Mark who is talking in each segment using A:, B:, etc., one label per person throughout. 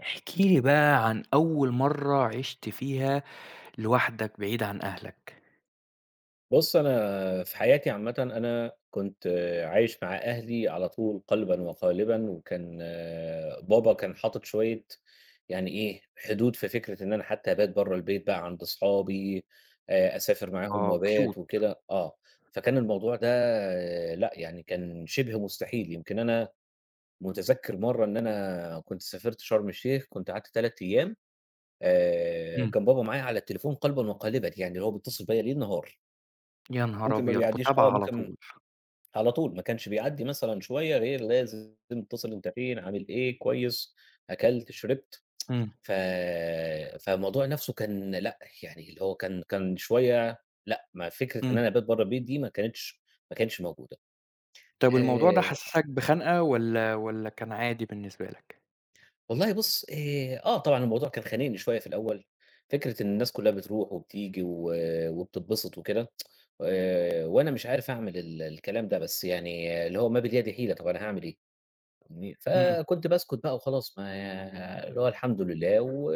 A: احكِ لي بقى عن أول مرّة عِشت فيها لوحدك بعيد عن أهلك.
B: بُص، أنا في حياتي عامةً أنا كنت عايش مع أهلي على طول قلبًا وقالبًا، وكان بابا كان حاطط شوية يعني إيه، حدود في فكرة إن أنا حتى أبات برّه البيت بقى عند صحابي، أسافر معاهم
A: آه
B: وأبات
A: cute.
B: وكده آه، فكان الموضوع ده آه، لأ، يعني كان شِبه مستحيل، يمكن أنا متذكّر مرّة إن أنا كنت سافرت شرم الشيخ، كنت قعدت 3 أيام،
A: إمم.
B: كان بابا معايا على التليفون قلبًا وقالبًا، يعني اللي هو بيتصل بيّا ليل نهار.
A: يا نهار
B: ممكن ما
A: أبيض!
B: بيعدّيش
A: متابعة على
B: ممكن
A: طول.
B: على طول، ما كانش بيعدّي مثلًا شوية غير لازم تتصل أنت فين، عامل إيه، كويس، أكلت، شربت،
A: إمم،
B: ف فالموضوع نَفْسه كان لأ، يعني اللي هو كان شوية لأ، ما فكرة إن أنا
A: إمم.
B: أبات برّه البيت دي ما كانتش موجودة.
A: طَب الموضوع ده
B: آآ
A: حسّسك بخنقة والّا كان عادي بالنسبة لك؟
B: والله بُص، آه طبعًا الموضوع كان خانقني شوية في الأول، فكرة إن الناس كُلّها بتروح وبتيجي وبتتبسط وكده، وأنا مش عارف أعمل الكلام ده، بس يعني اللي هو ما باليد حيلة، طَب أنا هاعمل إيه؟ إمم،
A: إمم،
B: فكنت باسكت بقى وخلاص، ما اللي هو الحمد لله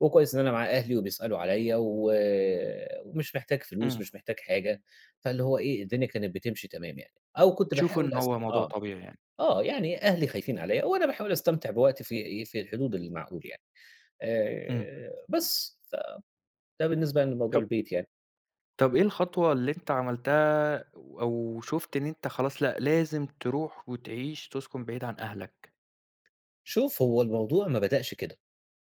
B: وكويس إن أنا مع أهلي وبيسألوا عليَّ ومش محتاج فلوس،
A: إمم.
B: مش محتاج حاجة، فاللي هو إيه، الدنيا كانت بتمشي تمام يعني، أو كنت
A: تشوف
B: باحاول
A: إن
B: أس
A: هو موضوع
B: آه،
A: طبيعي يعني.
B: آه، يعني أهلي خايفين عليَّ وأنا باحاول أستمتع بوقتي في إيه، في الحدود المعقول يعني،
A: إمم.
B: بس، فده بالنسبة لموضوع
A: طَب
B: البيت يعني.
A: طَب إيه الخطوة اللي أنت عملتها أو شُفت إن أنت خلاص لأ، لازم تروح وتعيش تسكن بعيد عن أهلك؟
B: شوف، هو الموضوع ما بدأش كده.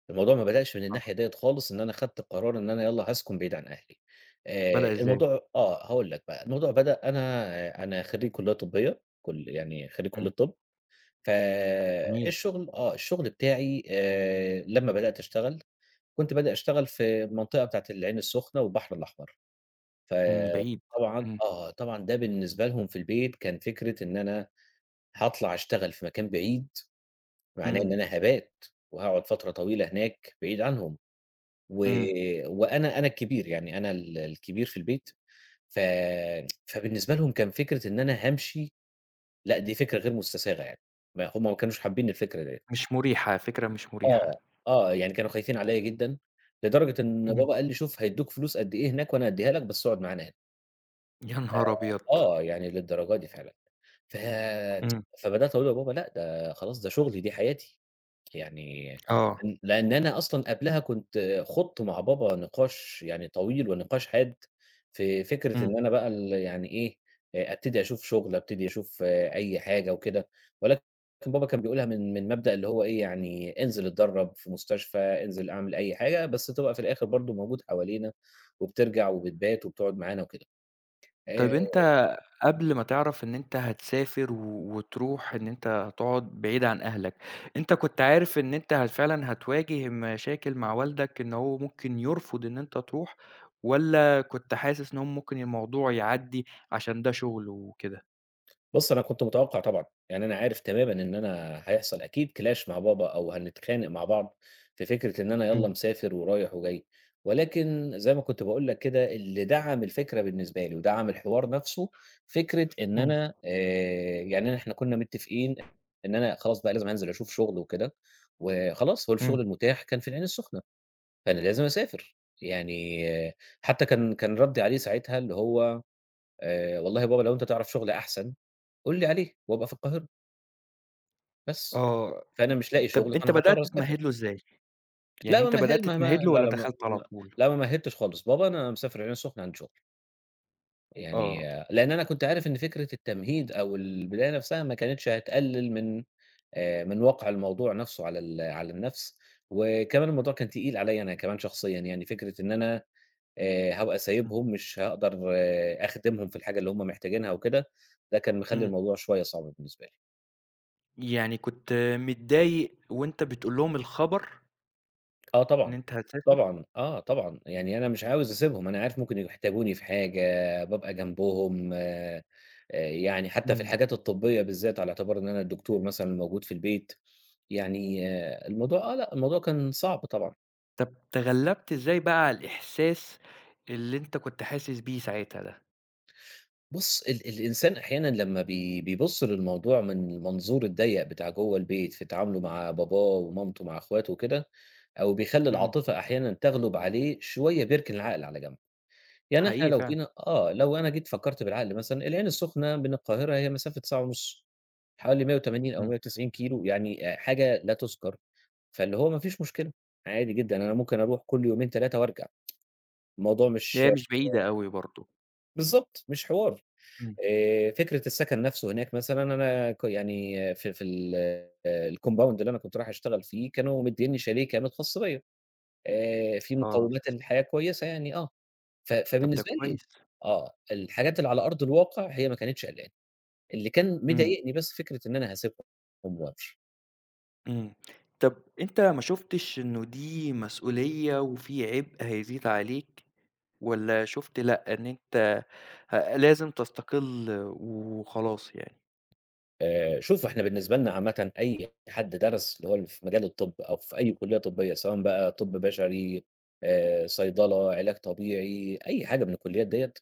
B: الموضوع ما بدأش من
A: آه.
B: الناحية ديّة خالص، إن أنا خدت قرار إن أنا يالّا هاسكن بعيد عن أهلي.
A: بدأ إزاي؟
B: الموضوع آه، هاقول لك بقى، الموضوع بدأ أنا خرّيج كلية طبية، كل يعني خرّيج كلية
A: إمم.
B: طب،
A: جميل.
B: فالشغل آه، الشغل بتاعي لمّا بدأت أشتغل، كنت بادئ أشتغل في المنطقة بتاعة العين السخنة والبحر الأحمر،
A: إمم، بعيد.
B: فطبعًا
A: إمم،
B: آه، طبعًا ده بالنسبة لهم في البيت كان فكرة إن أنا هاطلع أشتغل في مكان بعيد، معناه
A: إمم،
B: إن أنا هابات وهاقعد فترة طويلة هناك بعيد عنهم. و
A: إمم.
B: وأنا أنا الكبير، يعني أنا الكبير في البيت، ف فبالنسبة لهم كان فكرة إن أنا هامشي، لأ دي فكرة غير مستساغة يعني، ما هم ما كانوش حابين الفكرة ديّة.
A: مش مريحة، فكرة مش مريحة.
B: آه، آه، يعني كانوا خايفين عليَّ جدًا، لدرجة إن
A: إمم.
B: بابا قال لي: "شوف هيدّوك فلوس قد إيه هناك وأنا هادّيها لك بس اقعد معانا هنا."
A: يا نهار أبيض!
B: آه، يعني للدرجة دي فعلًا. ف
A: إمم.
B: فبدأت أقول لبابا: "لأ ده خلاص ده شغلي، دي حياتي." يعني
A: آه.
B: لأن أنا أصلًا قبلها كنت خُضت مع بابا نقاش يعني طويل ونقاش حاد في فكرة
A: إمم.
B: إن أنا بقى ال يعني إيه، أبتدي أشوف شُغل، أبتدي أشوف أي حاجة وكده، ولكن بابا كان بيقولها من مبدأ اللي هو إيه، يعني انزل اتدرّب في مستشفى، انزل اعمل أي حاجة، بس تبقى في الآخر برضه موجود حوالينا وبترجع وبتبات وبتقعد معانا وكده. آآ
A: طيب أنت قبل ما تعرف إن أنت هتسافر وتروح إن أنت هتقعد بعيد عن أهلك، أنت كنت عارف إن أنت فعلًا هتواجه مشاكل مع والدك إن هو ممكن يرفض إن أنت تروح، والّا كنت حاسس إن هو ممكن الموضوع يعدّي عشان ده شغل وكده؟
B: بُص، أنا كنت متوقع طبعًا، يعني أنا عارف تمامًا إن أنا هيحصل أكيد clash مع بابا أو هنتخانق مع بعض في فكرة إن أنا يالّا
A: إمم.
B: مسافر ورايح وجاي، ولكن زي ما كنت باقول لك كده اللي دعم الفكرة بالنسبة لي ودعم الحوار نفسه فكرة إن
A: إمم.
B: أنا يعني أنا إحنا كنا متفقين إن أنا خلاص بقى لازم هانزل أشوف شغل وكده، وخلاص هو الشغل
A: إمم.
B: المتاح كان في العين السخنة، فأنا لازم أسافر، يعني آه، حتى كان ردي عليه ساعتها اللي هو والله يا بابا لو أنت تعرف شغل أحسن قُل لي عليه وابقى في القاهرة بس.
A: آه.
B: فأنا مش لاقي شغل،
A: طب أنت
B: فأنا هاضطر
A: بدأت
B: أسافر.
A: تمهِّد له إزاي؟ يعني
B: لأ ما
A: أنت بدأت
B: مه ما
A: تمهِّد
B: ما
A: له
B: لا،
A: والّا
B: لا، ما
A: دخلت على
B: ما
A: طول؟
B: لا ما مهِّدتش خالص، بابا أنا مسافر العين السخنة عندي شغل. يعني
A: آه.
B: لإن أنا كنت عارف إن فكرة التمهيد أو البداية نفسها ما كانتش هتقلل من من وَقْع الموضوع نفسه على على النَفْس، وكمان الموضوع كان تقيل عليّا أنا كمان شخصيًا، يعني فكرة إن أنا هابقى سايبهم مش هاقدر أخدمهم في الحاجة اللي هم محتاجينها وكده، ده كان مخلّي
A: إمم.
B: الموضوع شوية صعب بالنسبة لي.
A: يعني كنت متضايق وأنت بتقول لهم الخبر
B: آه
A: إن
B: طبعًا،
A: أنت هتسافر؟
B: طبعًا، آه طبعًا، يعني أنا مش عاوز أسيبهم، أنا عارف ممكن يحتاجوني في حاجة، بابقى جنبهم يعني حتى في
A: إمم.
B: الحاجات الطبية بالذات على اعتبار إن أنا الدكتور مثلًا موجود في البيت، يعني آه، الموضوع آه لأ، الموضوع كان صعب طبعًا.
A: طب تغلّبت إزاي بقى على الإحساس اللي أنت كنت حاسس بيه ساعتها ده؟
B: بُص الإنسان أحيانًا لمّا بيبُص للموضوع من المنظور الضيق بتاع جوّه البيت في تعامله مع باباه ومامته مع أخواته وكده، أو بيخلّي
A: إمم.
B: العاطفة أحيانًا تغلب عليه شوية بيركن العقل على جنب. يعني إحنا
A: حقيقي
B: لو
A: فعلًا.
B: جينا آه، لو أنا جيت فكّرت بالعقل مثلًا، العين السخنة من القاهرة هي مسافة ساعة ونُص، حوالي 180 أو
A: إمم.
B: 190 كيلو، يعني حاجة لا تُذكر، فاللي هو ما فيش مشكلة، عادي جدًا، أنا ممكن أروح كل يومين 3 وأرجع، الموضوع مش
A: هي مش بعيدة أوي برضه.
B: بالضبط، مش حوار.
A: إمم.
B: فكرة السكن نَفْسه هناك مثلًا أنا ك يعني آه، في الcompound اللي أنا كنت رايح أشتغل فيه، كانوا مدّينّي شاليه كامل خاص بيّا، في
A: آه.
B: مقوّمات الحياة كويسة يعني آه.
A: طب ده
B: فبالنسبة لي
A: كويس.
B: آه، الحاجات اللي على أرض الواقع هي ما كانتش قلقاني، اللي كان
A: إمم.
B: مضايقني بس فكرة إن أنا هاسيبهم وأمشي.
A: إمم. طب أنت ما شُفتش إنه دي مسؤولية وفي عبء هيزيد عليك، والّا شُفت لأ، إن أنت لازم تستقِل وخلاص يعني؟
B: شوف إحنا بالنسبة لنا عامةً أي حد درس اللي هو في مجال الطب أو في أي كلية طبية، سواء بقى طب بشري صيدلة، علاج طبيعي، أي حاجة من الكليات ديّة،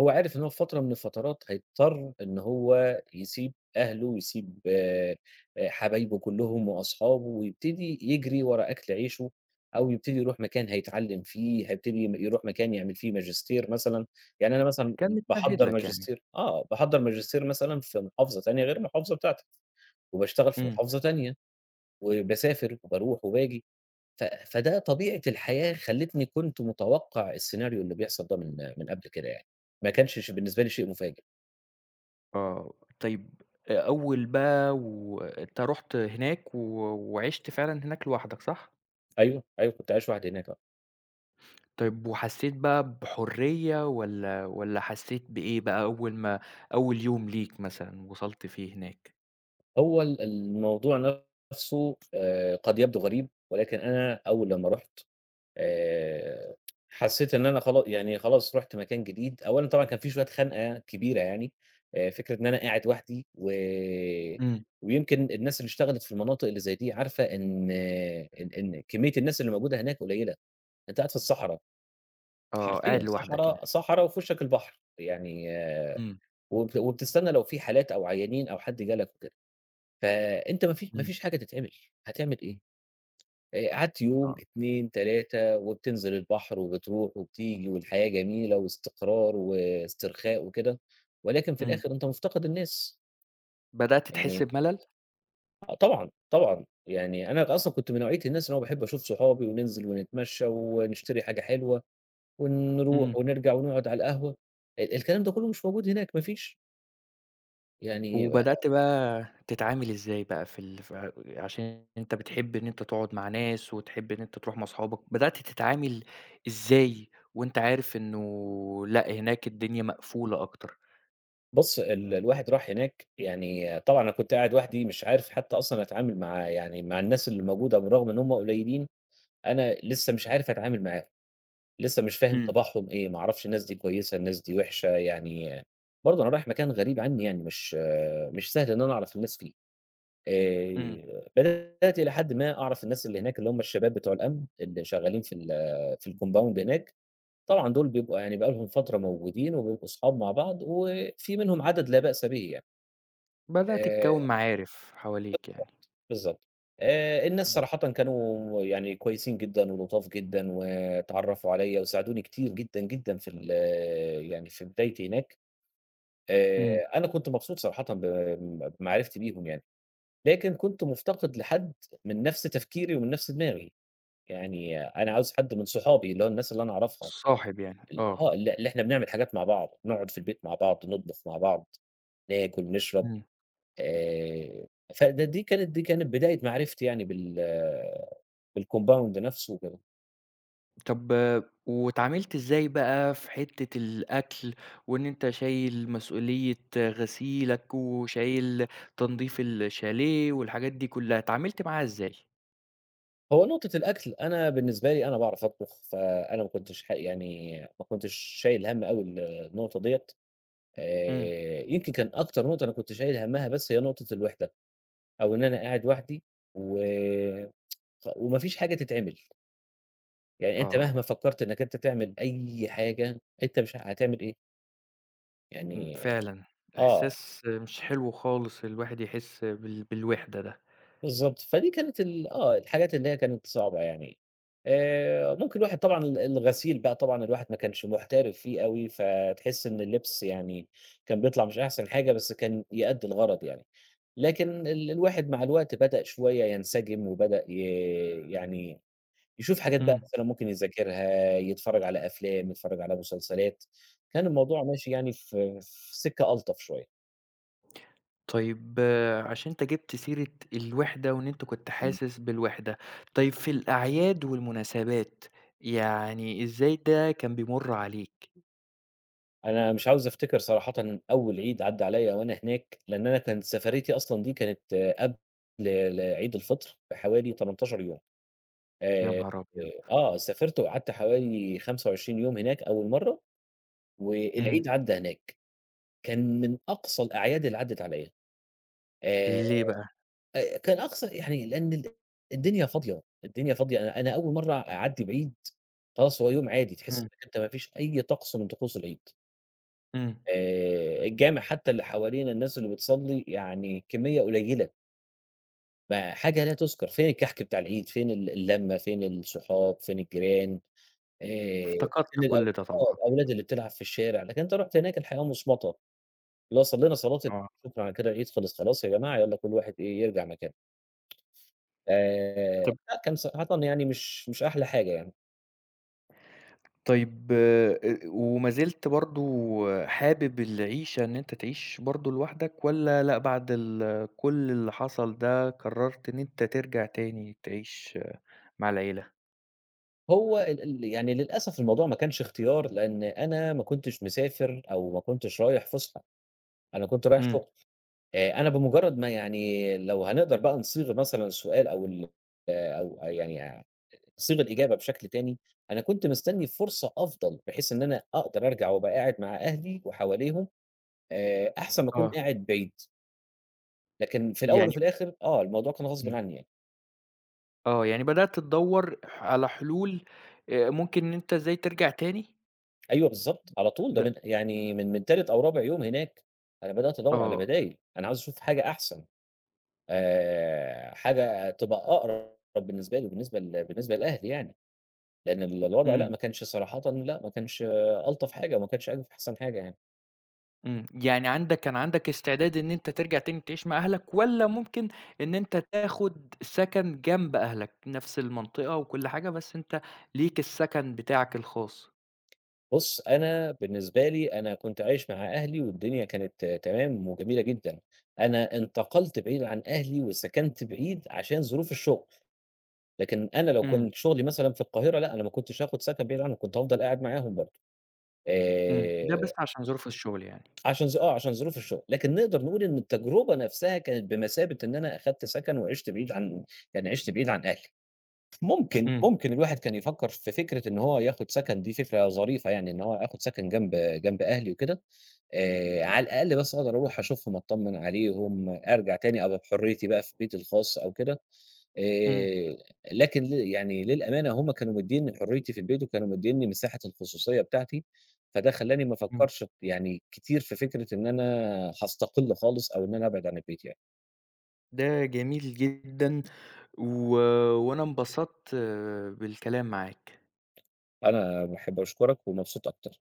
B: هو عارف إن هو في فترة من الفترات هيضطر إن هو يسيب أهله ويسيب حبايبه كلّهم وأصحابه ويبتدي يجري ورا أكل عيشه، أو يبتدي يروح مكان هيتعلّم فيه، هيبتدي يروح مكان يعمل فيه ماجستير مثلًا، يعني أنا مثلًا
A: كان متمهِّد
B: باحضّر
A: لك يعني.
B: ماجستير آه، باحضّر ماجستير مثلًا في محافظة تانية غير المحافظة بتاعتي، وباشتغل في
A: إمم.
B: محافظة تانية، وباسافر وباروح وباجي، فده طبيعة الحياة خلّتني كنت متوقّع السيناريو اللي بيحصل ده من قبل كده يعني، ما كانش بالنسبة لي شيء مفاجئ،
A: آه. طيب أول بقى وأنت رُحت هناك وعِشت فعلًا هناك لوحدك، صح؟
B: أيوه، أيوه كنت عايش لوحدي هناك آه،
A: طيب وحسّيت بقى بحرية والّا حسّيت بإيه بقى أول ما أول يوم ليك مثلًا وصلت فيه هناك؟
B: هو الموضوع نفْسه قد يبدو غريب، ولكن أنا أول لمّا رُحت آآ، حسّيت إن أنا خلاص رُحت مكان جديد، أولًا طبعًا كان في شوية خنقة كبيرة يعني، فكرة إن أنا قاعد وحدي
A: إمم.
B: ويمكن الناس اللي اشتغلت في المناطق اللي زي دي عارفة إن كمية الناس اللي موجودة هناك قليلة، أنت قاعد في الصحرا،
A: آه. قاعد
B: حرفيًا
A: لوحدك يعني.
B: صحرا وفي وشّك البحر، يعني آه،
A: إمم.
B: وبتستنى لو في حالات أو عيانين أو حد جالك وكده، فأنت ما فيش ما
A: إمم.
B: فيش حاجة تتعمل، هتعمل إيه؟ قعدت يوم،
A: آه.
B: 2، 3 وبتنزل البحر وبتروح وبتيجي والحياة جميلة واستقرار واسترخاء وكده، ولكن في
A: إمم.
B: الآخر أنت مفتقد الناس.
A: بدأت
B: إمم.
A: تحس
B: يعني
A: بملل؟
B: آه طبعًا، طبعًا، يعني أنا أصلًا كنت من نوعية الناس اللي هو باحب أشوف صحابي وننزل ونتمشى ونشتري حاجة حلوة ونروح
A: إمم.
B: ونرجع ونقعد على القهوة، الكلام ده كله مش موجود هناك، ما فيش، يعني
A: وبدأت بقى تتعامل إزاي بقى في ال ف عشان أنت بتحب إن أنت تقعد مع ناس، وتحب إن أنت تروح مع أصحابك، بدأت تتعامل إزاي وأنت عارف إنه لأ، هناك الدنيا مقفولة أكتر؟
B: بُص الواحد راح هناك يعني طبعًا أنا كنت قاعد وحدي مش عارف حتى أصلًا أتعامل مع يعني مع الناس اللي موجودة بالرغم إن هم قليلين. أنا لسه مش عارف أتعامل معاهم، لسه مش فاهم
A: إمم،
B: طباعهم إيه، ما أعرفش الناس دي كويسة، الناس دي وِحشة، يعني برضه أنا رايح مكان غريب عنّي يعني مش سهل إن أنا أعرف الناس فيه.
A: إمم،
B: بدأت إلى حدٍ ما أعرف الناس اللي هناك اللي هم الشباب بتوع الأمن اللي شغّالين في في الcompound هناك، طبعًا دول بيبقوا يعني بقى لهم فترة موجودين وبيبقوا صحاب مع بعض وفي منهم عدد لا بأس به يعني.
A: بدأت
B: آآ
A: تكوّن معارف حواليك يعني.
B: بالضبط. الناس صراحةً كانوا يعني كويسين جدًا ولطاف جدًا واتعرّفوا عليّا وساعدوني كتير جدًا، جدًا في ال يعني في بدايتي هناك. آآ
A: إمم،
B: أنا كنت مبسوط صراحةً بمعرفتي بيهم يعني، لكن كنت مُفتقد لحد من نفس تفكيري ومن نفس دماغي. يعني أنا عاوز حد من صحابي، اللي هو الناس اللي أنا أعرفها،
A: صاحب يعني،
B: ال
A: آه،
B: آه. ال اللي إحنا بنعمل حاجات مع بعض، نقعد في البيت مع بعض، نطبخ مع بعض، ناكل، نشرب.
A: إمم.
B: آآ فده دي كانت بداية معرفتي يعني بالcompound نفسه وكده.
A: طب واتعاملت إزاي بقى في حتّة الأكل، وإن أنت شايل مسؤولية غسيلك، وشايل تنضيف الشاليه والحاجات دي كلّها، اتعاملت معاها إزاي؟
B: هو نقطة الأكل أنا بالنسبة لي أنا باعرف أطبخ، فأنا ما كنتش ح يعني ما كنتش شايل هَم أوي النقطة ديّة.
A: إمم.
B: يمكن كان أكتر نقطة أنا كنت شايل هَمّها بس هي نقطة الوحدة، أو إن أنا قاعد لوحدي و ف وما فيش حاجة تتعمل، يعني أنت
A: آه،
B: مهما فكّرت إنّك أنت تعمل أي حاجة، أنت مش هتعمل إيه؟
A: إمم،
B: يعني
A: فعلًا،
B: آه.
A: إحساس مش حلو خالص الواحد يحس بالوحدة ده.
B: بالضبط، فدي كانت ال آه، الحاجات اللي هي كانت صعبة يعني. ممكن الواحد طبعًا الغسيل بقى طبعًا الواحد ما كانش محترف فيه أوي، فتحس إن اللبس يعني كان بيطلع مش أحسن حاجة، بس كان يأدي الغرض يعني. لكن الواحد مع الوقت بدأ شوية ينسجم وبدأ ي يعني يشوف حاجات بقى
A: إمم.
B: مثلًا ممكن يذاكرها، يتفرّج على أفلام، يتفرّج على مسلسلات، كان الموضوع ماشي يعني في سكة ألطف شوية.
A: طيب آه، عشان أنت جِبت سيرة الوحدة وإن أنت كنت
B: إمم.
A: حاسس بالوحدة، طيب في الأعياد والمناسبات، يعني إزاي ده كان بيمُر عليك؟
B: أنا مش عاوز أفتكر صراحةً أول عيد عدّى عليَّ وأنا هناك، لإن أنا كانت سفريتي أصلًا دي كانت آه، قبل عيد الفطر بحوالي 18 يوم،
A: يا
B: آآ،
A: نهار أبيض!
B: آه، سافرت وقعدت حوالي 25 يوم هناك أول مرّة،
A: إمم.
B: والعيد عدّى هناك، كان من أقصى الأعياد اللي عدّت عليَّ، آآ،
A: ليه بقى؟
B: أ كان أقصى يعني لإن الدنيا فاضية، الدنيا فاضية، أنا أنا أول مرّة أعدّي بعيد خلاص هو يوم عادي، تحس
A: إمم،
B: إنك أنت ما فيش أي طقس من طقوس العيد.
A: إمم.
B: الجامع حتى اللي حوالينا الناس اللي بتصلّي يعني كمية قليلة، ما حاجة لا تُذكر، فين الكحك بتاع العيد، فين ال اللمة، فين الصحاب، فين الجيران، آآ
A: افتقدت
B: فين الأو
A: كل ده
B: آه،
A: طبعًا،
B: الأولاد اللي بتلعب في الشارع، لكن أنت رُحت هناك الحياة مُصمتة، اللي هو صلّينا صلاة ال
A: آه.
B: شكرًا على كده العيد خلص، خلاص يا جماعة يالّا كل واحد إيه يرجع مكانه،
A: طب
B: لأ كان صراحةً يعني مش أحلى حاجة يعني،
A: طيب وما زلت برضه حابب العيشة إن أنت تعيش برضه لوحدك، والّا لأ، بعد كل اللي حصل ده قررت إن أنت ترجع تاني تعيش مع العيلة؟
B: هو ال ال يعني للأسف الموضوع ما كانش اختيار، لإن أنا ما كنتش مسافر أو ما كنتش رايح فُسحة، أنا كنت رايح
A: إمم،
B: شغل. أنا بمجرّد ما يعني لو هنقدر بقى نصيغ مثلًا السؤال أو ال آه، أو يعني صيغ الإجابة بشكل تاني، أنا كنت مستني فرصة أفضل، بحيث إن أنا أقدر أرجع وأبقى قاعد مع أهلي وحواليهم، أحسن ما أكون
A: آه.
B: قاعد بعيد، لكن في الأول
A: يعني
B: وفي الآخر آه، الموضوع كان غصبٍ
A: إمم،
B: عني يعني.
A: آه. يعني بدأت تدوّر على حلول ممكن إن أنت إزاي ترجع تاني؟
B: أيوه بالضبط، على طول
A: د
B: ده من يعني من تالت أو رابع يوم هناك، أنا بدأت أدوّر على
A: آه.
B: بدايل، أنا عاوز أشوف حاجة أحسن، حاجة تبقى أقرب بالنسبة لي وبالنسبة ل بالنسبة لأهلي يعني. لأن الوضع لأ،
A: إمم.
B: ما كانش صراحةً لأ، ما كانش ألطف حاجة، وما كانش ألف أحسن حاجة يعني.
A: إمم، يعني كان عندك استعداد إن أنت ترجع تاني تعيش مع أهلك، والّا ممكن إن أنت تاخد سكن جنب أهلك، نفس المنطقة وكل حاجة بس أنت ليك السكن بتاعك الخاص؟
B: بُص، أنا بالنسبة لي أنا كنت عايش مع أهلي والدنيا كانت تمام وجميلة جدًا. أنا انتقلت بعيد عن أهلي وسكنت بعيد عشان ظروف الشغل، لكن أنا لو
A: إمم،
B: كنت شغلي مثلًا في القاهرة لأ، أنا ما كنتش هاخد سكن بعيد عنهم، كنت هافضل قاعد معاهم برضه.
A: إمم، ده بس
B: آآ
A: عشان ظروف الشغل يعني.
B: عشان ظ آه، عشان ظروف الشغل. لكن نقدر نقول إن التجربة نفسها كانت بمثابة إن أنا أخدت سكن وعِشت بعيد عن يعني عِشت بعيد عن أهلي. ممكن،
A: إمم،
B: ممكن الواحد كان يفكّر في فكرة إن هو ياخُد سَكَن دي فكرة ظريفة يعني، إن هو آخُد سَكَن جنب أهلي وكده، على الأقل بس أقدر أروح أشوفهم، أطمّن عليهم، أرجع تاني أبقى بحُريتي بقى في بيتي الخاص أو كده،
A: إمم،
B: آآ لكن ل يعني للأمانة هم كانوا مدّينّي حُريتي في البيت وكانوا مدّينّي مساحة الخصوصية بتاعتي، فده خلّاني ما
A: إمم،
B: أفكّرش ف يعني كتير في فكرة إن أنا هاستقِل خالص أو إن أنا أبعد عن البيت يعني.
A: ده جميل جدًا، و وأنا انبسطت بالكلام معاك.
B: أنا باحب أشكرك ومبسوط أكتر.